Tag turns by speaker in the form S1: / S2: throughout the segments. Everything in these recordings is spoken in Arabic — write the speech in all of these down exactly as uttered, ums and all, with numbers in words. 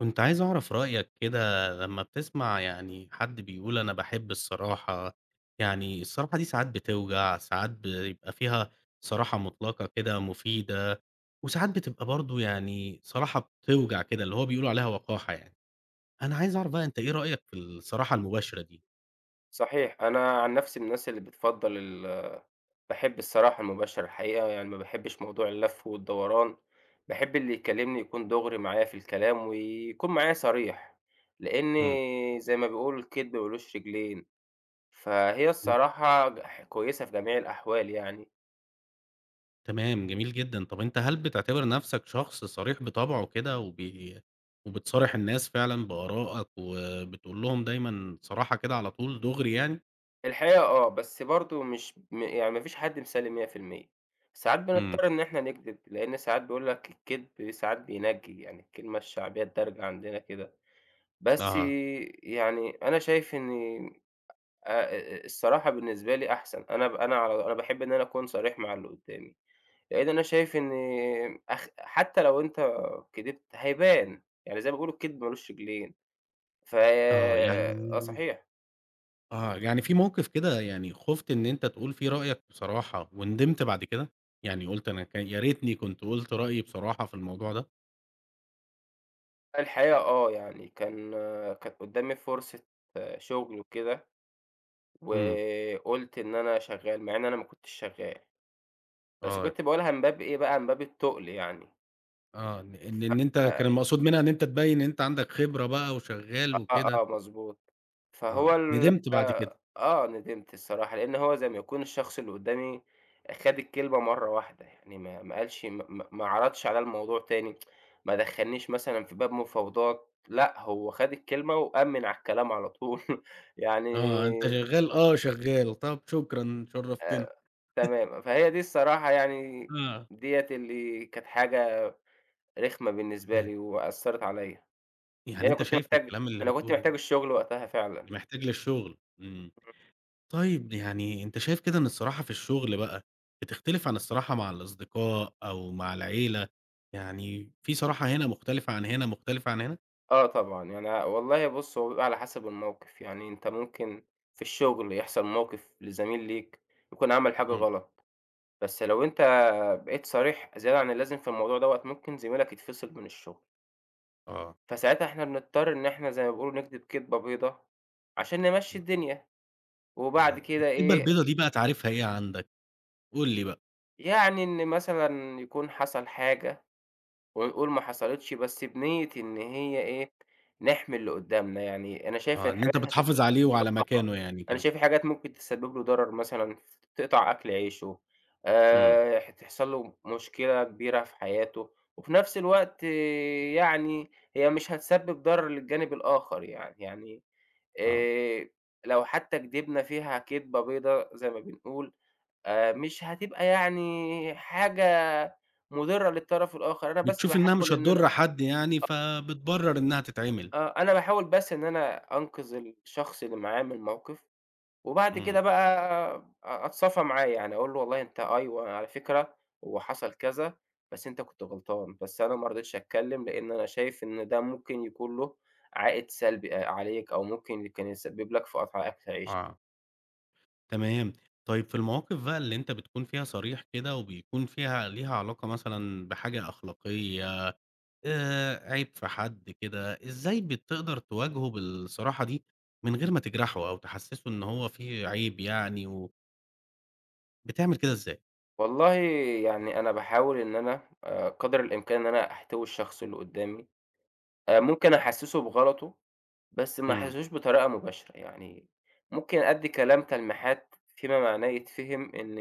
S1: كنت عايز أعرف رأيك كده لمّا بتسمع يعني حد بيقول أنا باحب الصراحة. يعني الصراحة دي ساعات بتوجع، ساعات بيبقى فيها صراحة مطلقة كده مفيدة، وساعات بتبقى برضه يعني صراحة بتوجع كده، اللي هو بيقولوا عليها وقاحة يعني. أنا عايز أعرف بقى أنت إيه رأيك في الصراحة المباشرة دي؟
S2: صحيح. أنا عن نفسي من الناس اللي بتفضّل ال باحب الصراحة المباشرة الحقيقة، يعني ما باحبّش موضوع اللَّف والدوران، باحب اللي يكلّمني يكون دُغري معايا في الكلام ويكون معايا صريح، لإن
S1: إمم.
S2: زي ما بيقولوا الكدب ما لوش رجلين، فهي
S1: م
S2: الصراحة ج ح كويسة في جميع الأحوال يعني.
S1: تمام، جميل جدًا. طب أنت هل بتعتبر نفسك شخص صريح بطبعه كده وبي وبتصارح الناس فعلًا بآرائك وبتقول لهم دايمًا صراحة كده على طول دغري يعني؟
S2: الحقيقة آه، بس برضه مش م يعني ما فيش حد مسلِّم مية في المية. ساعات
S1: إمم.
S2: بنضطر إن إحنا نكدب، لإن ساعات بيقول لك الكدب ساعات بينجّي، يعني الكلمة الشعبية الدارجة عندنا كده. بس
S1: أها.
S2: يعني أنا شايف إني آآ الصراحة بالنسبة لي أحسن، أنا ب أنا على أنا باحب إن أنا أكون صريح مع اللي قدّامي، لإن أنا شايف إن أخ حتى لو أنت كدبت هيبان، يعني زي ما بيقولوا الكدب ما لوش رجلين، ف
S1: آه. يعني
S2: آه صحيح.
S1: آه، يعني في موقف كده يعني خُفت إن أنت تقول فيه رأيك بصراحة وندمت بعد كده؟ يعني قُلت أنا كان يا ريتني كنت قُلت رأيي بصراحة في الموضوع ده؟
S2: الحقيقة آه، يعني كان كانت قدّامي فرصة آه، شغل وكده،
S1: إمم.
S2: وقُلت إن أنا شغّال مع إن أنا ما كنتش شغّال، بس
S1: آه.
S2: كنت باقولها من باب إيه بقى، من باب التُقل يعني.
S1: آه، إن إن إن أنت
S2: آآ
S1: كان المقصود منها إن أنت تبيّن إن أنت عندك خبرة بقى وشغّال
S2: آه، آه،
S1: وكده.
S2: مضبوط. فهو
S1: آه.
S2: ال
S1: ندمت بعد كده.
S2: آه، آه، ندمت الصراحة، لإن هو زي ما يكون الشخص اللي قدّامي خَد الكلمة مرّة واحدة، يعني ما ما قالش ما ما ما عرضش عليّا الموضوع تاني، ما دخّلنيش مثلًا في باب مفاوضات، لأ، هو خَد الكلمة وأمِّن على الكلام على طول يعني
S1: آه، أنت شغّال، آه شغّال، طَب شكرًا شرّفتنا.
S2: آآ تمام، فهي دي الصراحة يعني
S1: آه.
S2: ديّة اللي كانت حاجة رخمة بالنسبة
S1: يعني
S2: لي وأثّرت عليّا،
S1: يعني
S2: لإن أنا
S1: أنت
S2: كنت
S1: شايف من
S2: محتاج
S1: الكلام اللي
S2: أنا كنت
S1: بتقوله ده
S2: محتاج الشغل وقتها فعلًا.
S1: محتاج للشغل. إمم. طيب يعني أنت شايف كده إن الصراحة في الشغل بقى بتختلف عن الصراحة مع الأصدقاء أو مع العيلة، يعني في صراحة هنا مختلفة عن هنا، مختلفة عن هنا؟
S2: آه طبعًا، يعني والله بُص هو بيبقى على حسب الموقف، يعني أنت ممكن في الشغل يحصل موقف لزميل ليك يكون عمل حاجة
S1: إمم.
S2: غلط، بس لو أنت بقيت صريح زيادة عن اللازم في الموضوع دوّة ممكن زميلك يتفصل من الشغل،
S1: آه.
S2: فساعتها إحنا بنضطر إن إحنا زي ما بيقولوا نكدب كدبة بيضا عشان نمشّي الدنيا،
S1: آه،
S2: وبعد كده
S1: الكدبة
S2: إيه،
S1: البيضا دي بقى تعريفها إيه عندك؟ قُل لي بقى.
S2: يعني إن مثلًا يكون حصل حاجة ونقول ما حصلتش بس بنية إن هي إيه، نحمي اللي قدّامنا، يعني أنا شايف
S1: آه،
S2: إن
S1: إن أنت
S2: حاجات هتت
S1: بتحافظ عليه وعلى
S2: آه،
S1: مكانه يعني
S2: أنا
S1: كده.
S2: شايف حاجات ممكن تسبب له ضرر مثلًا، تقطع أكل عيشه،
S1: إمم.
S2: آآ، هتحصل له مشكلة كبيرة في حياته، وفي نفس الوقت آه، يعني هي مش هتسبب ضرر للجانب الآخر يعني، يعني
S1: آه،
S2: آآ، لو حتى كدبنا فيها كدبة بيضا زي ما بنقول آآ مش هتبقى يعني حاجة مُضرة للطرف الآخر، أنا بس
S1: بتشوف إنها
S2: باحاول
S1: مش
S2: إن أنا
S1: هتضر حد يعني فبتبرر إنها تتعمل.
S2: آه، أنا باحاول بس إن أنا أنقذ الشخص اللي معايا من الموقف، وبعد
S1: إمم.
S2: كده بقى أ أتصافى معاه، يعني أقول له والله أنت أيوه على فكرة هو حصل كذا، بس أنت كنت غلطان، بس أنا ما رضيتش أتكلم لإن أنا شايف إن ده ممكن يكون له عائد سلبي آآ عليك، أو ممكن كان يسبب لك في قطع أكل عيشك.
S1: آه، تمام. طيب في المواقف بقى اللي أنت بتكون فيها صريح كده وبيكون فيها ليها علاقة مثلًا بحاجة أخلاقية آآ عيب في حد كده، إزاي بتقدر تواجهه بالصراحة دي من غير ما تجرحه أو تحسّسه إن هو في عيب يعني و بتعمل كده إزاي؟
S2: والله يعني أنا باحاول إن أنا آآ قدر الإمكان إن أنا أحتوي الشخص اللي قدامي. آآ ممكن أحسّسه بغلطه، بس ما
S1: إمم.
S2: أحسّسوش بطريقة مباشرة، يعني ممكن أدّي كلام تلميحات فيما معناه يتفهم إن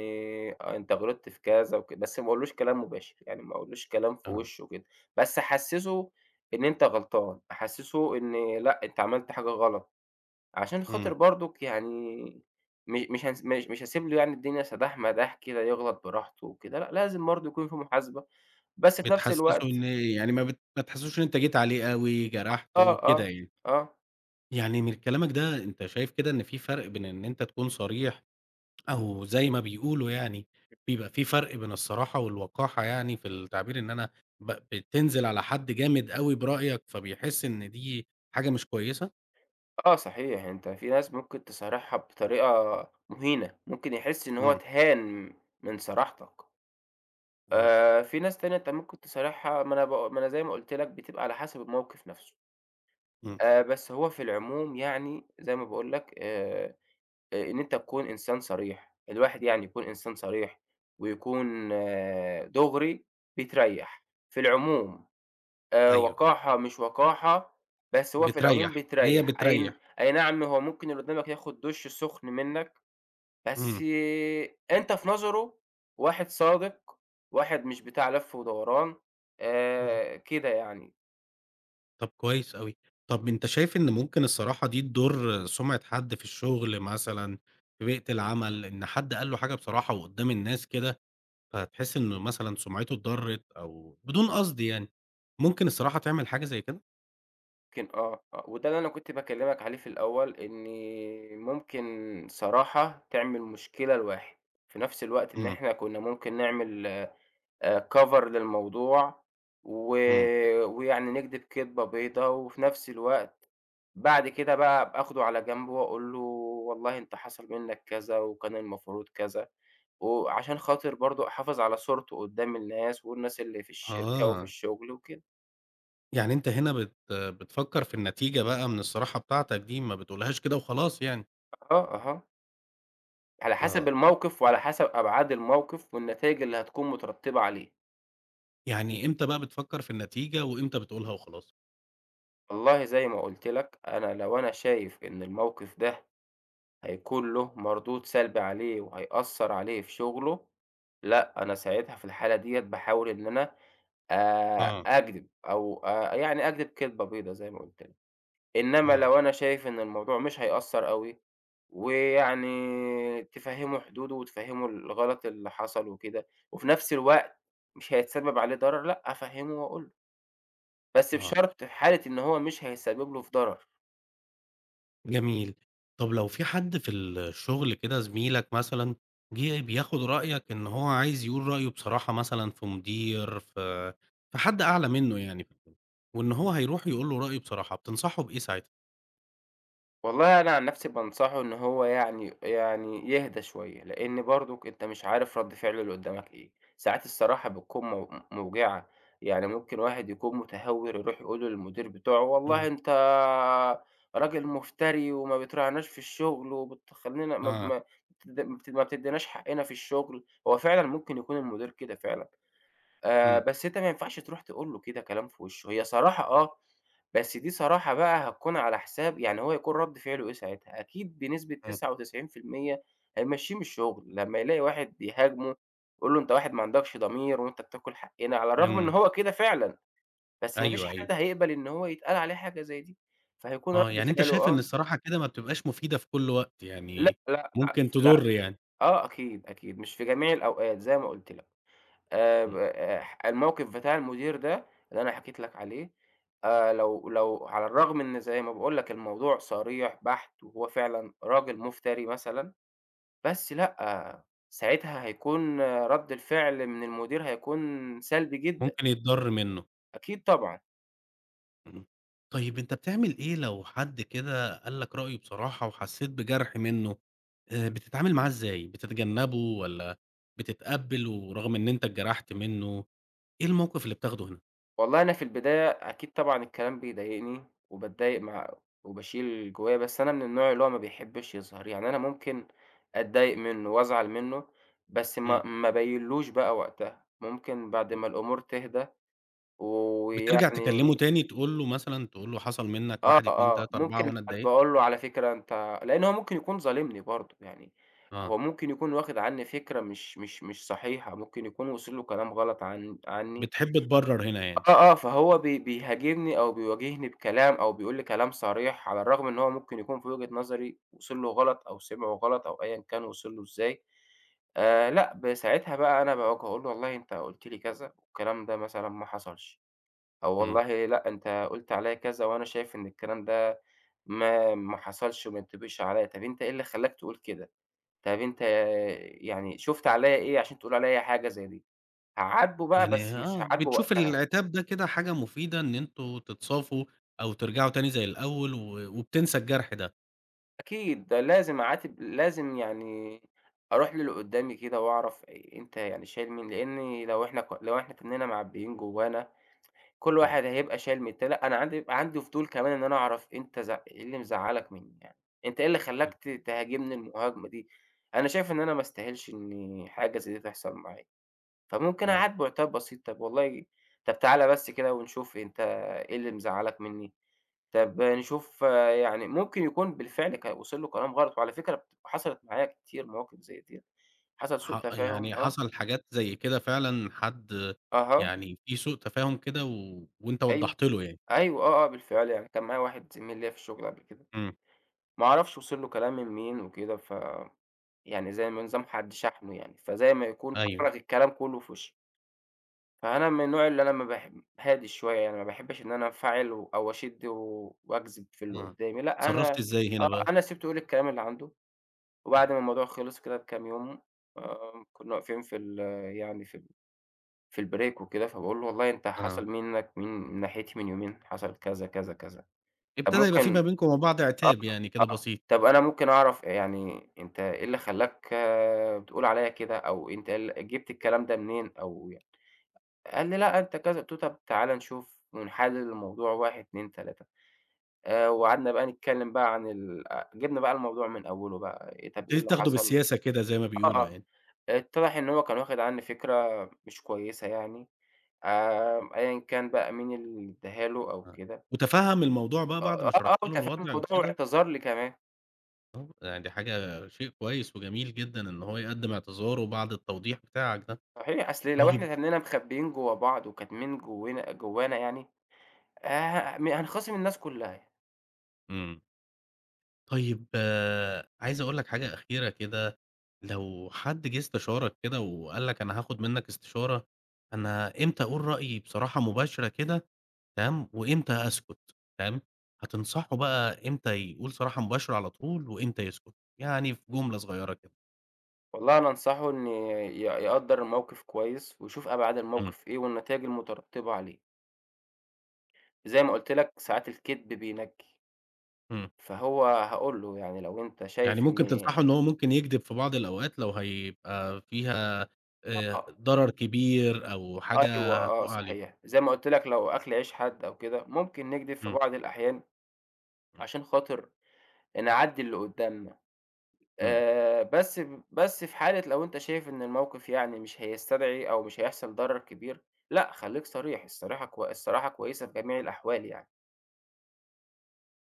S2: آه أنت غلطت في كذا وكده، بس ما أقولوش كلام مباشر، يعني ما أقولوش كلام في
S1: آه.
S2: وشه كده، بس أحسّسه إن أنت غلطان، أحسّسه إن لأ أنت عملت حاجة غلط، عشان خاطر
S1: إمم.
S2: برضُك يعني م مش هنس مش مش هاسيب له يعني الدنيا سداح مداح كده يغلط براحته وكده، لأ لازم برضه يكون في محاسبة، بس في نفس
S1: بتحسّسه
S2: الوقت
S1: إن يعني ما بت ما تحسّسوش إن أنت جيت عليه أوي،
S2: آه،
S1: جرحته، كده
S2: آه،
S1: يعني.
S2: آه.
S1: يعني من كلامك ده أنت شايف كده إن في فرق بين إن أنت تكون صريح أو زي ما بيقولوا يعني بيبقى في فرق بين الصراحة والوقاحة يعني في التعبير إن أنا ب بتنزل على حد جامد أوي برأيك فبيحس إن دي حاجة مش كويسة؟
S2: آه صحيح، يعني أنت في ناس ممكن تصارحها بطريقة مهينة، ممكن يحس إن هو
S1: إمم.
S2: اتهان من صراحتك،
S1: آه.
S2: آآ في ناس تانية أنت ممكن تصارحها ما أنا ب ما أنا زي ما قُلت لك بتبقى على حسب الموقف نفسه،
S1: إمم.
S2: آآ بس هو في العموم يعني زي ما باقول لك آآ إن أنت تكون إنسان صريح، الواحد يعني يكون إنسان صريح ويكون آه دُغري بتريّح، في العموم. آآ
S1: أيوه، أيوه.
S2: وقاحة مش وقاحة، بس هو في
S1: بتريّح.
S2: العموم
S1: هي
S2: بتريّح، أي ن
S1: بتريّح.
S2: أي نعم هو ممكن اللي قدامك ياخد دُش سُخن منّك، بس
S1: إمم.
S2: أنت في نظره واحد صادق، واحد مش بتاع لَف ودوران،
S1: إمم.
S2: آآ كده يعني.
S1: طب كويس أوي. طب أنت شايف إن ممكن الصراحة دي تضُر سُمعة حد في الشغل مثلًا، في بيئة العمل، إن حد قال له حاجة بصراحة وقدّام الناس كده، فتحس إنه مثلًا سُمعته اتضرّت أو بدون قصد يعني، ممكن الصراحة تعمل حاجة زي كده؟
S2: يمكن آه، آه، وده اللي أنا كنت باكلّمك عليه في الأول، إن ممكن صراحة تعمل مشكلة لواحد، في نفس الوقت إن
S1: إمم.
S2: إحنا كُنّا ممكن نعمل آآ cover للموضوع و
S1: إمم.
S2: ويعني نكدب كدبة بيضا، وفي نفس الوقت بعد كده بقى أبقى آخده على جنب وأقول له والله أنت حصل منّك كذا، وكان المفروض كذا، وعشان خاطر برضه أحافظ على صورته قدّام الناس، والناس اللي في الشركة وفي
S1: آه،
S2: الشغل وكده.
S1: يعني أنت هنا بت بتفكّر في النتيجة بقى من الصراحة بتاعتك دي، ما بتقولهاش كده وخلاص يعني.
S2: آه، أها، على حسب
S1: آه.
S2: الموقف، وعلى حسب أبعاد الموقف، والنتايج اللي هتكون مترتبة عليه.
S1: يعني إمتى بقى بتفكّر في النتيجة وإمتى بتقولها وخلاص؟
S2: والله زي ما قُلت لك، أنا لو أنا شايف إن الموقف ده هيكون له مردود سلبي عليه وهيأثّر عليه في شغله، لأ، أنا ساعتها في الحالة ديّة باحاول إن أنا آآ
S1: آه.
S2: أكدب أو آآ يعني أكدب كدبة بيضا زي ما قُلت لك. إنّما
S1: إمم.
S2: لو أنا شايف إن الموضوع مش هيأثّر أوي ويعني تفهّمه حدوده وتفهّمه الغلط اللي حصل وكده، وفي نفس الوقت مش هيتسبب عليه ضرر، لأ، أفهّمه وأقول له، بس
S1: آه،
S2: بشرط في حالة إن هو مش هيسبب له في ضرر.
S1: جميل. طب لو في حد في الشغل كده زميلك مثلًا جِه بياخد رأيك إن هو عايز يقول رأيه بصراحة مثلًا في مدير، في في حد أعلى منّه يعني، في الشغل، وإن هو هيروح يقول له رأيه بصراحة، بتنصحه بإيه ساعتها؟
S2: والله أنا عن نفسي بانصحه إن هو يعني يعني يهدى شوية، لإن برضُك أنت مش عارف رَد فعل اللي قدّامك إيه، ساعات الصراحة بتكون مو موجعة، يعني ممكن واحد يكون متهور يروح يقول للمدير بتوعه والله
S1: إمم.
S2: أنت راجل مفتري وما بتراعناش في الشغل وبتخلّينا ما ب
S1: آه.
S2: ما بتد ما بت ما بتدّيناش حقّنا في الشغل، هو فعلًا ممكن يكون المدير كده فعلًا، آآ
S1: إمم.
S2: بس أنت ما ينفعش تروح تقول له كده كلام في وشه، هي صراحة آه، بس دي صراحة بقى هتكون على حساب يعني هو هيكون رد فعله إيه ساعتها، أكيد بنسبة
S1: إمم.
S2: تسعة وتسعين في المية هيمشّيه من الشغل، لمّا يلاقي واحد بيهاجمه يقول له أنت واحد ما عندكش ضمير وأنت بتاكل حقنا، على الرغم إن
S1: إمم.
S2: هو كده فعلًا، بس ما فيش
S1: أيوه، أيوه.
S2: حد هيقبل إن هو يتقال عليه حاجة زي دي، فهيكون
S1: آه،
S2: رد
S1: يعني أنت
S2: فعله
S1: شايف إن
S2: آه،
S1: الصراحة كده ما بتبقاش مفيدة في كل وقت،
S2: لأ،
S1: يعني
S2: لأ، لأ،
S1: ممكن
S2: لأ،
S1: تضُر يعني.
S2: آه أكيد، أكيد، مش في جميع الأوقات زي ما قُلت لك. آآ ب
S1: إمم.
S2: آآ الموقف بتاع المدير ده اللي أنا حكيت لك عليه، آآ لو لو على الرغم إن زي ما باقول لك الموضوع صريح بحت، وهو فعلًا راجل مفتري مثلًا، بس لأ، آه، ساعتها هيكون آه، رَد الفعل من المدير هيكون سلبي جدًا،
S1: ممكن يتضَر منّه.
S2: أكيد طبعًا.
S1: إمم. طيب أنت بتعمل إيه لو حد كده قال لك رأيه بصراحة وحسيت بجرح منّه، آآ بتتعامل معاه إزاي؟ بتتجنّبه والّا بتتقبّل ورغم إن أنت اتجرحت منّه، إيه الموقف اللي بتاخده هنا؟
S2: والله أنا في البداية أكيد طبعًا الكلام بيضايقني، وباتضايق مع وباشيل جوايا، بس أنا من النوع اللي هو ما بيحبش يظهر، يعني أنا ممكن أتضايق منه وأزعل منه، بس ما
S1: إمم.
S2: ما أبيّنلوش بقى وقتها، ممكن بعد
S1: إمم.
S2: ما الأمور تهدى
S1: بترجع تكلّمه
S2: ويعني
S1: تاني تقول له مثلًا تقول له حصل منّك
S2: آه،
S1: واحد، اثنين،
S2: آه،
S1: ثلاثة، أربعة
S2: ممكن
S1: وأنا
S2: أبقى
S1: اتضايقت؟
S2: أقول له على فكرة أنت لإن هو ممكن يكون ظالمني برضه، يعني
S1: آه،
S2: هو ممكن يكون واخد عني فكرة مش مش مش صحيحة، ممكن يكون وصل له كلام غلط عن عني.
S1: بتحب تبرّر هنا يعني.
S2: آه، آه، فهو بي بيهاجمني أو بيواجهني بكلام أو بيقول لي كلام صريح، على الرغم إن هو ممكن يكون في وجهة نظري وصل له غلط أو سمعه غلط أو أيًا كان وصل له إزاي، آآ لأ، ب ساعتها بقى أنا باواجهه، أقول له والله أنت قُلت لي كذا والكلام ده مثلًا ما حصلش، أو
S1: إمم.
S2: والله لأ، أنت قُلت عليّا كذا وأنا شايف إن الكلام ده ما ما حصلش وما ينطبقش عليّا، طب أنت إيه اللي خلّاك تقول كده؟ طب أنت يعني شُفت عليّا إيه عشان تقول عليّا حاجة زي دي؟ هاعاتبه بقى
S1: يعني
S2: بس مش
S1: آه،
S2: هاعاتبه
S1: بتشوف
S2: وقتها.
S1: العتاب ده كده حاجة مفيدة إن أنتم تتصافوا أو ترجعوا تاني زي الأول و وبتنسى الجرح ده.
S2: أكيد، ده لازم أعاتب لازم يعني أروح للي قدّامي كده وأعرف أ أنت يعني شايل مين، لإن لو إحنا ك لو إحنا كُنّنا معبّيين جوّانا، كل
S1: إمم.
S2: واحد هيبقى شايل من التاني، لأ أنا عندي يبقى عندي فضول كمان إن أنا أعرف أنت زع إيه اللي مزعّلك منّي يعني، أنت إيه اللي خلّاك
S1: إمم.
S2: ت تهاجمني المهاجمة دي؟ أنا شايف إن أنا ما أستاهلش إن حاجة زي دي تحصل معايا، فممكن
S1: آه.
S2: أعاتبه عتاب بسيط، طَب والله طَب تعالَ بس كده ونشوف أنت إيه اللي مزعّلك منّي؟ طب نشوف آه، يعني ممكن يكون بالفعل كان وصل له كلام غلط، وعلى فكرة بت حصلت معايا كتير مواقف زي ديّة، حصل سوء
S1: ح
S2: تفاهم
S1: يعني
S2: آه،
S1: حصل حاجات زي كده فعلًا حد
S2: أها،
S1: يعني في سوء تفاهم كده و وأنت
S2: أيوه،
S1: وضّحت له يعني.
S2: أيوه، آه، آه، بالفعل يعني كان معايا واحد زميل ليّا في الشغل قبل كده،
S1: إمم.
S2: ما أعرفش وصل له كلام من مين وكده، ف يعني زي ما نظام حد شحنه يعني، فزي ما يكون
S1: أيوه.
S2: فرّغ الكلام كلّه في وشّي، فأنا من النوع اللي أنا ما باحب هادي شوية يعني، ما باحبش إن أنا أنفعل و أو أشِد و وأجذب في اللي
S1: آه،
S2: قدّامي، لأ
S1: اتصرّفت
S2: أنا
S1: إزاي هنا
S2: آه،
S1: بقى؟
S2: أنا سِبته يقول الكلام اللي عنده.
S1: آه.
S2: وبعد ما الموضوع خلص كده بكام يوم، آآ كُنّا واقفين في ال يعني في ال في البريك وكده، فباقول له: "والله أنت حصل
S1: آه،
S2: منّك من من ناحيتي من يومين حصل كذا، كذا، كذا، طب
S1: ابتدى يبقى في
S2: ممكن"
S1: ما بينكم وما بعض
S2: آه،
S1: عتاب يعني كده
S2: آه،
S1: بسيط.
S2: "طب أنا ممكن أعرف يعني أنت إيه اللي خلّاك آه، بتقول عليّا كده، أو أنت إيه ال جِبت الكلام ده منين أو" يعني. قال لي: "لأ أنت كذا." قُلت له: "طب تعالَ نشوف ونحلّل الموضوع واحد، اتنين، ثلاثة." آآ وقعدنا بقى نتكلّم بقى عن ال أ جِبنا بقى الموضوع من أوّله بقى، إيه طب إيه
S1: ابتديت
S2: اللي
S1: تاخده
S2: حصل؟
S1: بالسياسة كده زي ما
S2: آه،
S1: بيقولوا
S2: آه.
S1: يعني.
S2: اتضح إن هو كان واخد عني فكرة مش كويسة يعني، آمم، أيًا كان بقى مين اللي ادّاها له أو
S1: آه.
S2: كده.
S1: وتفهّم الموضوع بقى بعد
S2: آه،
S1: ما
S2: آه،
S1: شرحت
S2: أنت
S1: له
S2: فاهم
S1: الوضع
S2: الموضوع
S1: وكده.
S2: واعتذر لي كمان.
S1: يعني دي حاجة شيء كويس وجميل جدًا إن هو يقدّم اعتذاره بعد التوضيح بتاعك ده.
S2: صحيح، أصل لو
S1: طيب.
S2: إحنا تنّينا مخبيين جوّا بعض وكاتمين جوّنا جوّانا يعني، آآ، م هنخاصم الناس كلّها يعني.
S1: إمم. طيب آه، عايز أقول لك حاجة أخيرة كده. لو حد جه استشارك كده وقال لك أنا هاخد منك استشارة، أنا إمتى أقول رأيي بصراحة مباشرة كده تمام، وإمتى أسكت تمام، هتنصحه بقى إمتى يقول صراحة مباشرة على طول وإمتى يسكت، يعني في جملة صغيرة كده؟
S2: والله أنا أنصحه إن ي يقدّر الموقف كويس ويشوف أبعاد
S1: إمم.
S2: الموقف إيه والنتايج المترتبة عليه. زي ما قُلت لك ساعات الكدب بينجّي،
S1: إمم.
S2: فهو هاقول له يعني لو أنت
S1: يعني
S2: شايف إن
S1: ممكن تنصحه إن هو ممكن يكدب في بعض الأوقات لو هيبقى فيها آآ
S2: آه.
S1: ضرر كبير أو
S2: أيوه
S1: حاجة
S2: آه،
S1: هتقع عليه.
S2: صحيح. زي ما قُلت لك لو أكل عيش حاد أو كده، ممكن نكدب في
S1: إمم.
S2: بعض الأحيان
S1: إمم.
S2: عشان خاطر نعدّي اللي قُدّامنا.
S1: إمم.
S2: آآ بس بس في حالة لو أنت شايف إن الموقف يعني مش هيستدعي أو مش هيحصل ضرر كبير، لأ، خلّيك صريح. الصراحة كو الصراحة كويسة في جميع الأحوال يعني،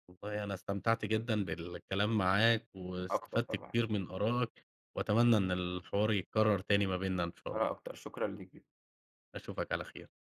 S1: والله أنا استمتعت جدًا بالكلام معاك،
S2: أكتر
S1: واستفدت
S2: طبعًا.
S1: كتير من آرائك، وأتمنى إن الحوار يتكرر تاني ما بيننا إن شاء
S2: أنا
S1: الله.
S2: أكتر، شكرًا ليك.
S1: أشوفك على خير.